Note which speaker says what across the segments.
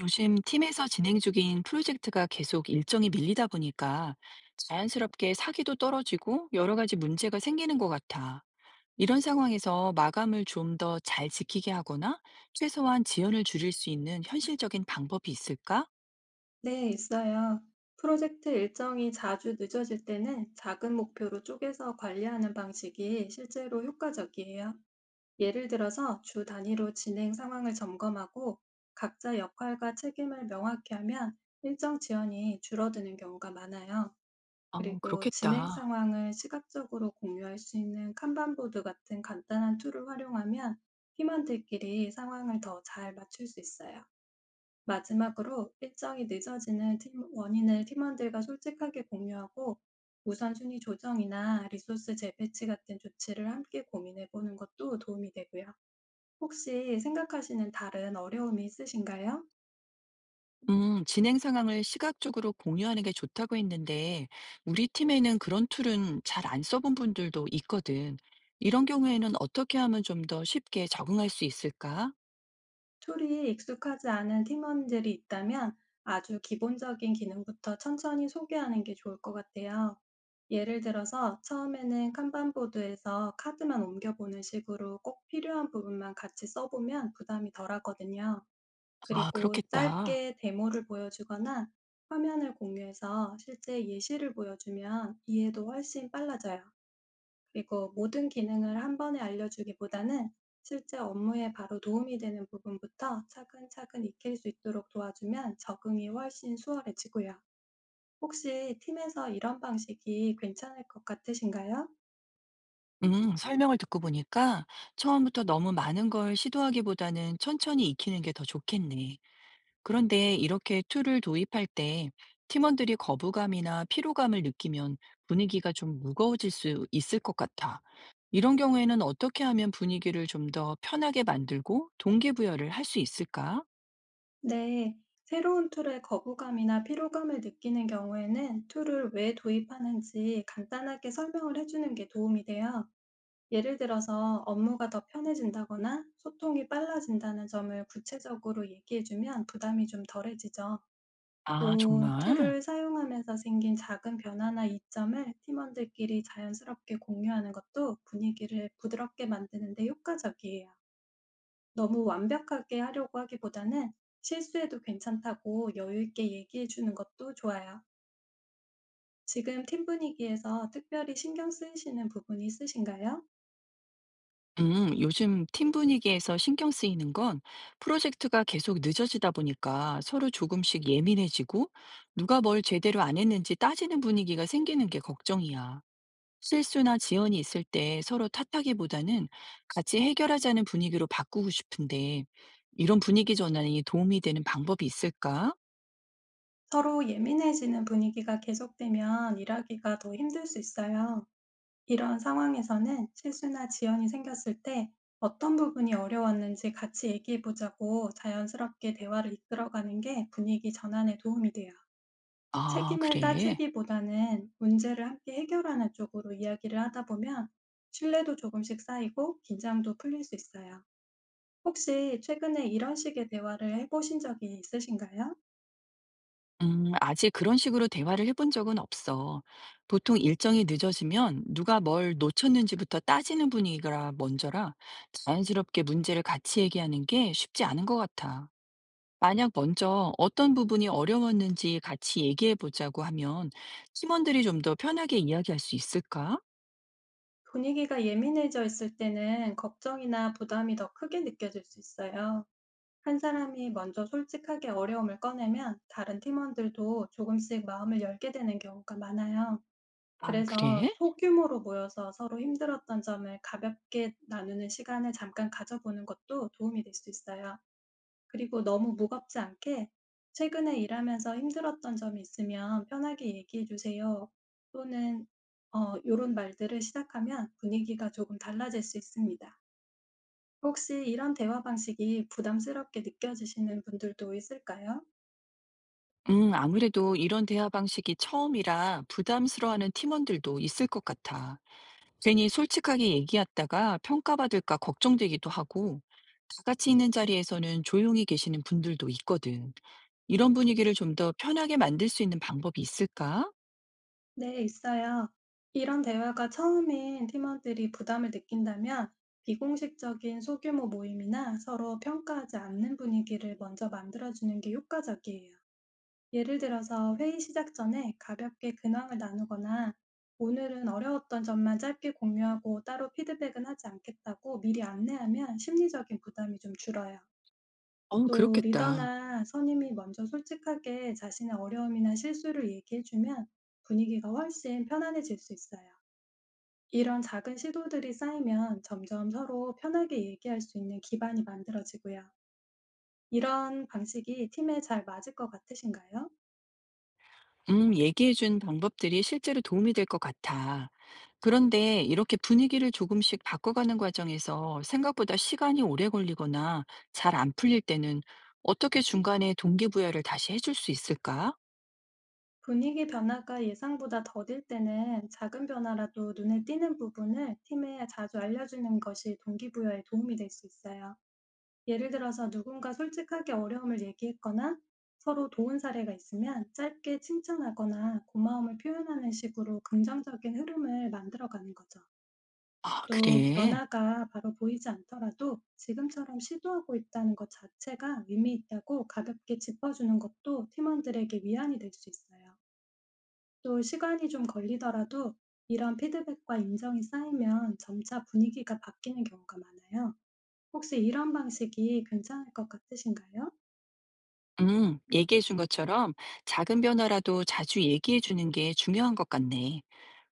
Speaker 1: 요즘 팀에서 진행 중인 프로젝트가 계속 일정이 밀리다 보니까 자연스럽게 사기도 떨어지고 여러 가지 문제가 생기는 것 같아. 이런 상황에서 마감을 좀 더 잘 지키게 하거나 최소한 지연을 줄일 수 있는 현실적인 방법이 있을까?
Speaker 2: 네, 있어요. 프로젝트 일정이 자주 늦어질 때는 작은 목표로 쪼개서 관리하는 방식이 실제로 효과적이에요. 예를 들어서 주 단위로 진행 상황을 점검하고 각자 역할과 책임을 명확히 하면 일정 지연이 줄어드는 경우가 많아요.
Speaker 1: 어,
Speaker 2: 그리고 진행
Speaker 1: 그렇겠다.
Speaker 2: 상황을 시각적으로 공유할 수 있는 칸반보드 같은 간단한 툴을 활용하면 팀원들끼리 상황을 더 잘 맞출 수 있어요. 마지막으로 일정이 늦어지는 팀 원인을 팀원들과 솔직하게 공유하고 우선순위 조정이나 리소스 재배치 같은 조치를 함께 고민해 보는 것도 도움이 되고요. 혹시 생각하시는 다른 어려움이 있으신가요?
Speaker 1: 진행 상황을 시각적으로 공유하는 게 좋다고 했는데 우리 팀에는 그런 툴은 잘 안 써본 분들도 있거든. 이런 경우에는 어떻게 하면 좀 더 쉽게 적응할 수 있을까?
Speaker 2: 툴이 익숙하지 않은 팀원들이 있다면 아주 기본적인 기능부터 천천히 소개하는 게 좋을 것 같아요. 예를 들어서 처음에는 칸반보드에서 카드만 옮겨보는 식으로 꼭 필요한 부분만 같이 써보면 부담이 덜하거든요.
Speaker 1: 아
Speaker 2: 그리고
Speaker 1: 그렇겠다.
Speaker 2: 짧게 데모를 보여주거나 화면을 공유해서 실제 예시를 보여주면 이해도 훨씬 빨라져요. 그리고 모든 기능을 한 번에 알려주기보다는 실제 업무에 바로 도움이 되는 부분부터 차근차근 익힐 수 있도록 도와주면 적응이 훨씬 수월해지고요. 혹시 팀에서 이런 방식이 괜찮을 것 같으신가요?
Speaker 1: 설명을 듣고 보니까 처음부터 너무 많은 걸 시도하기보다는 천천히 익히는 게 더 좋겠네. 그런데 이렇게 툴을 도입할 때 팀원들이 거부감이나 피로감을 느끼면 분위기가 좀 무거워질 수 있을 것 같아. 이런 경우에는 어떻게 하면 분위기를 좀 더 편하게 만들고 동기부여를 할 수 있을까?
Speaker 2: 네, 새로운 툴의 거부감이나 피로감을 느끼는 경우에는 툴을 왜 도입하는지 간단하게 설명을 해주는 게 도움이 돼요. 예를 들어서 업무가 더 편해진다거나 소통이 빨라진다는 점을 구체적으로 얘기해주면 부담이 좀 덜해지죠.
Speaker 1: 아,
Speaker 2: 또
Speaker 1: 정말?
Speaker 2: 툴을 사용하면서 생긴 작은 변화나 이점을 팀원들끼리 자연스럽게 공유하는 것도 분위기를 부드럽게 만드는 데 효과적이에요. 너무 완벽하게 하려고 하기보다는 실수해도 괜찮다고 여유 있게 얘기해 주는 것도 좋아요. 지금 팀 분위기에서 특별히 신경 쓰이시는 부분이 있으신가요?
Speaker 1: 요즘 팀 분위기에서 신경 쓰이는 건 프로젝트가 계속 늦어지다 보니까 서로 조금씩 예민해지고 누가 뭘 제대로 안 했는지 따지는 분위기가 생기는 게 걱정이야. 실수나 지연이 있을 때 서로 탓하기보다는 같이 해결하자는 분위기로 바꾸고 싶은데 이런 분위기 전환이 도움이 되는 방법이 있을까?
Speaker 2: 서로 예민해지는 분위기가 계속되면 일하기가 더 힘들 수 있어요. 이런 상황에서는 실수나 지연이 생겼을 때 어떤 부분이 어려웠는지 같이 얘기해 보자고 자연스럽게 대화를 이끌어가는 게 분위기 전환에 도움이 돼요.
Speaker 1: 아,
Speaker 2: 책임을
Speaker 1: 그래.
Speaker 2: 따지기보다는 문제를 함께 해결하는 쪽으로 이야기를 하다 보면 신뢰도 조금씩 쌓이고 긴장도 풀릴 수 있어요. 혹시 최근에 이런 식의 대화를 해보신 적이 있으신가요?
Speaker 1: 아직 그런 식으로 대화를 해본 적은 없어. 보통 일정이 늦어지면 누가 뭘 놓쳤는지부터 따지는 분위기가 먼저라 자연스럽게 문제를 같이 얘기하는 게 쉽지 않은 것 같아. 만약 먼저 어떤 부분이 어려웠는지 같이 얘기해 보자고 하면 팀원들이 좀 더 편하게 이야기할 수 있을까?
Speaker 2: 분위기가 예민해져 있을 때는 걱정이나 부담이 더 크게 느껴질 수 있어요. 한 사람이 먼저 솔직하게 어려움을 꺼내면 다른 팀원들도 조금씩 마음을 열게 되는 경우가 많아요.
Speaker 1: 아,
Speaker 2: 그래서
Speaker 1: 그래?
Speaker 2: 소규모로 모여서 서로 힘들었던 점을 가볍게 나누는 시간을 잠깐 가져보는 것도 도움이 될 수 있어요. 그리고 너무 무겁지 않게 "최근에 일하면서 힘들었던 점이 있으면 편하게 얘기해 주세요." 또는 요런 말들을 시작하면 분위기가 조금 달라질 수 있습니다. 혹시 이런 대화 방식이 부담스럽게 느껴지시는 분들도 있을까요?
Speaker 1: 아무래도 이런 대화 방식이 처음이라 부담스러워하는 팀원들도 있을 것 같아. 괜히 솔직하게 얘기했다가 평가받을까 걱정되기도 하고, 다 같이 있는 자리에서는 조용히 계시는 분들도 있거든. 이런 분위기를 좀 더 편하게 만들 수 있는 방법이 있을까?
Speaker 2: 네, 있어요. 이런 대화가 처음인 팀원들이 부담을 느낀다면 비공식적인 소규모 모임이나 서로 평가하지 않는 분위기를 먼저 만들어주는 게 효과적이에요. 예를 들어서 회의 시작 전에 가볍게 근황을 나누거나 오늘은 어려웠던 점만 짧게 공유하고 따로 피드백은 하지 않겠다고 미리 안내하면 심리적인 부담이 좀 줄어요.
Speaker 1: 어,
Speaker 2: 또
Speaker 1: 그렇겠다.
Speaker 2: 리더나 선임이 먼저 솔직하게 자신의 어려움이나 실수를 얘기해 주면 분위기가 훨씬 편안해질 수 있어요. 이런 작은 시도들이 쌓이면 점점 서로 편하게 얘기할 수 있는 기반이 만들어지고요. 이런 방식이 팀에 잘 맞을 것 같으신가요?
Speaker 1: 얘기해준 방법들이 실제로 도움이 될 것 같아. 그런데 이렇게 분위기를 조금씩 바꿔가는 과정에서 생각보다 시간이 오래 걸리거나 잘 안 풀릴 때는 어떻게 중간에 동기부여를 다시 해줄 수 있을까?
Speaker 2: 분위기 변화가 예상보다 더딜 때는 작은 변화라도 눈에 띄는 부분을 팀에 자주 알려주는 것이 동기부여에 도움이 될 수 있어요. 예를 들어서 누군가 솔직하게 어려움을 얘기했거나 서로 도운 사례가 있으면 짧게 칭찬하거나 고마움을 표현하는 식으로 긍정적인 흐름을 만들어가는 거죠.
Speaker 1: 아,
Speaker 2: 또
Speaker 1: 그래.
Speaker 2: 변화가 바로 보이지 않더라도 지금처럼 시도하고 있다는 것 자체가 의미 있다고 가볍게 짚어주는 것도 팀원들에게 위안이 될 수 있어요. 또 시간이 좀 걸리더라도 이런 피드백과 인정이 쌓이면 점차 분위기가 바뀌는 경우가 많아요. 혹시 이런 방식이 괜찮을 것 같으신가요?
Speaker 1: 얘기해 준 것처럼 작은 변화라도 자주 얘기해 주는 게 중요한 것 같네.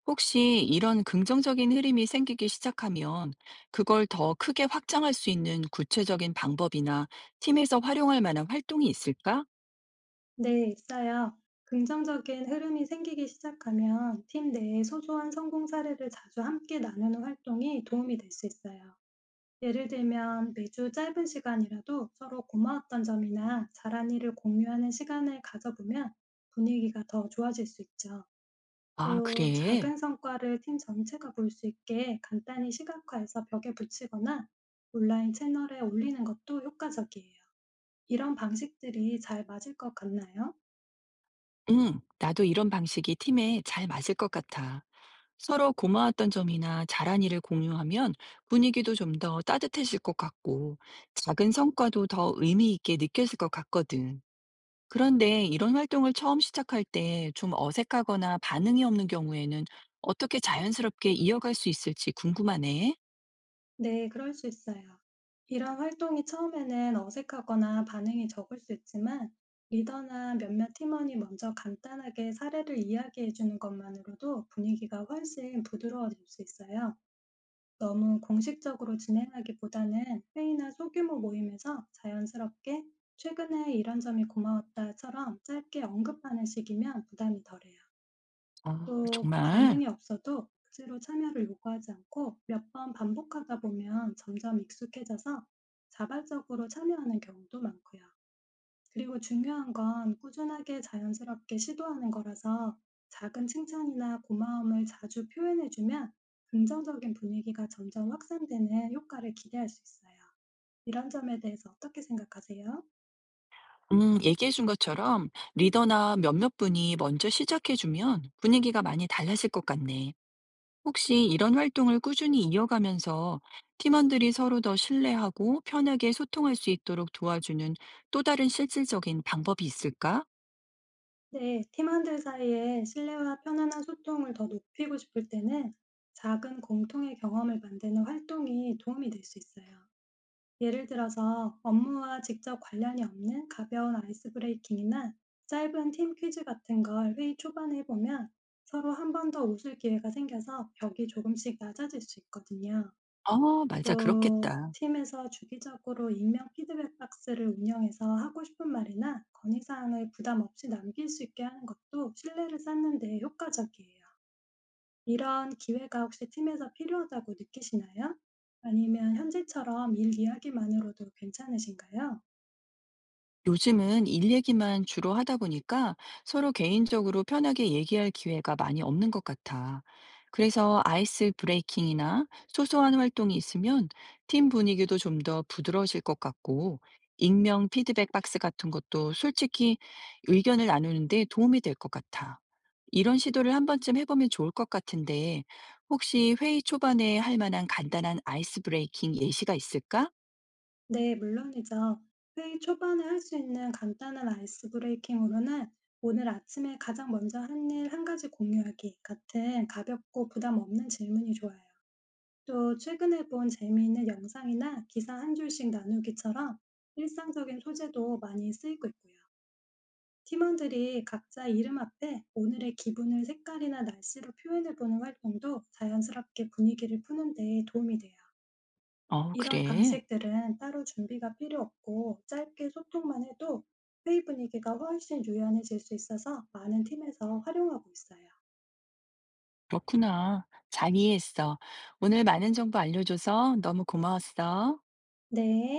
Speaker 1: 혹시 이런 긍정적인 흐름이 생기기 시작하면 그걸 더 크게 확장할 수 있는 구체적인 방법이나 팀에서 활용할 만한 활동이 있을까?
Speaker 2: 네, 있어요. 긍정적인 흐름이 생기기 시작하면 팀 내에 소소한 성공 사례를 자주 함께 나누는 활동이 도움이 될 수 있어요. 예를 들면 매주 짧은 시간이라도 서로 고마웠던 점이나 잘한 일을 공유하는 시간을 가져보면 분위기가 더 좋아질 수 있죠.
Speaker 1: 아,
Speaker 2: 또
Speaker 1: 그래.
Speaker 2: 작은 성과를 팀 전체가 볼 수 있게 간단히 시각화해서 벽에 붙이거나 온라인 채널에 올리는 것도 효과적이에요. 이런 방식들이 잘 맞을 것 같나요?
Speaker 1: 응, 나도 이런 방식이 팀에 잘 맞을 것 같아. 서로 고마웠던 점이나 잘한 일을 공유하면 분위기도 좀 더 따뜻해질 것 같고, 작은 성과도 더 의미 있게 느껴질 것 같거든. 그런데 이런 활동을 처음 시작할 때 좀 어색하거나 반응이 없는 경우에는 어떻게 자연스럽게 이어갈 수 있을지 궁금하네.
Speaker 2: 네, 그럴 수 있어요. 이런 활동이 처음에는 어색하거나 반응이 적을 수 있지만, 리더나 몇몇 팀원이 먼저 간단하게 사례를 이야기해 주는 것만으로도 분위기가 훨씬 부드러워질 수 있어요. 너무 공식적으로 진행하기보다는 회의나 소규모 모임에서 자연스럽게 최근에 이런 점이 고마웠다처럼 짧게 언급하는 식이면 부담이 덜해요.
Speaker 1: 아,
Speaker 2: 또
Speaker 1: 정말?
Speaker 2: 반응이 없어도 억지로 참여를 요구하지 않고 몇 번 반복하다 보면 점점 익숙해져서 자발적으로 참여하는 경우도 많고요. 그리고 중요한 건 꾸준하게 자연스럽게 시도하는 거라서 작은 칭찬이나 고마움을 자주 표현해주면 긍정적인 분위기가 점점 확산되는 효과를 기대할 수 있어요. 이런 점에 대해서 어떻게 생각하세요?
Speaker 1: 얘기해준 것처럼 리더나 몇몇 분이 먼저 시작해주면 분위기가 많이 달라질 것 같네. 혹시 이런 활동을 꾸준히 이어가면서 팀원들이 서로 더 신뢰하고 편하게 소통할 수 있도록 도와주는 또 다른 실질적인 방법이 있을까?
Speaker 2: 네, 팀원들 사이에 신뢰와 편안한 소통을 더 높이고 싶을 때는 작은 공통의 경험을 만드는 활동이 도움이 될 수 있어요. 예를 들어서 업무와 직접 관련이 없는 가벼운 아이스 브레이킹이나 짧은 팀 퀴즈 같은 걸 회의 초반에 해보면 서로 한 번 더 웃을 기회가 생겨서 벽이 조금씩 낮아질 수 있거든요.
Speaker 1: 어, 맞아.
Speaker 2: 또
Speaker 1: 그렇겠다.
Speaker 2: 팀에서 주기적으로 익명 피드백 박스를 운영해서 하고 싶은 말이나 건의사항을 부담 없이 남길 수 있게 하는 것도 신뢰를 쌓는 데 효과적이에요. 이런 기회가 혹시 팀에서 필요하다고 느끼시나요? 아니면 현재처럼 일 이야기만으로도 괜찮으신가요?
Speaker 1: 요즘은 일 얘기만 주로 하다 보니까 서로 개인적으로 편하게 얘기할 기회가 많이 없는 것 같아. 그래서 아이스 브레이킹이나 소소한 활동이 있으면 팀 분위기도 좀 더 부드러워질 것 같고, 익명 피드백 박스 같은 것도 솔직히 의견을 나누는데 도움이 될 것 같아. 이런 시도를 한 번쯤 해보면 좋을 것 같은데, 혹시 회의 초반에 할 만한 간단한 아이스 브레이킹 예시가 있을까?
Speaker 2: 네, 물론이죠. 회의 초반에 할 수 있는 간단한 아이스 브레이킹으로는 오늘 아침에 가장 먼저 한 일 한 가지 공유하기 같은 가볍고 부담 없는 질문이 좋아요. 또 최근에 본 재미있는 영상이나 기사 한 줄씩 나누기처럼 일상적인 소재도 많이 쓰이고 있고요. 팀원들이 각자 이름 앞에 오늘의 기분을 색깔이나 날씨로 표현해보는 활동도 자연스럽게 분위기를 푸는 데 도움이 돼요.
Speaker 1: 어,
Speaker 2: 이런
Speaker 1: 그래.
Speaker 2: 방식들은 따로 준비가 필요 없고 짧게 소통만 해도 회의 분위기가 훨씬 유연해질 수 있어서 많은 팀에서 활용하고 있어요.
Speaker 1: 그렇구나. 잘 이해했어. 오늘 많은 정보 알려줘서 너무 고마웠어.
Speaker 2: 네.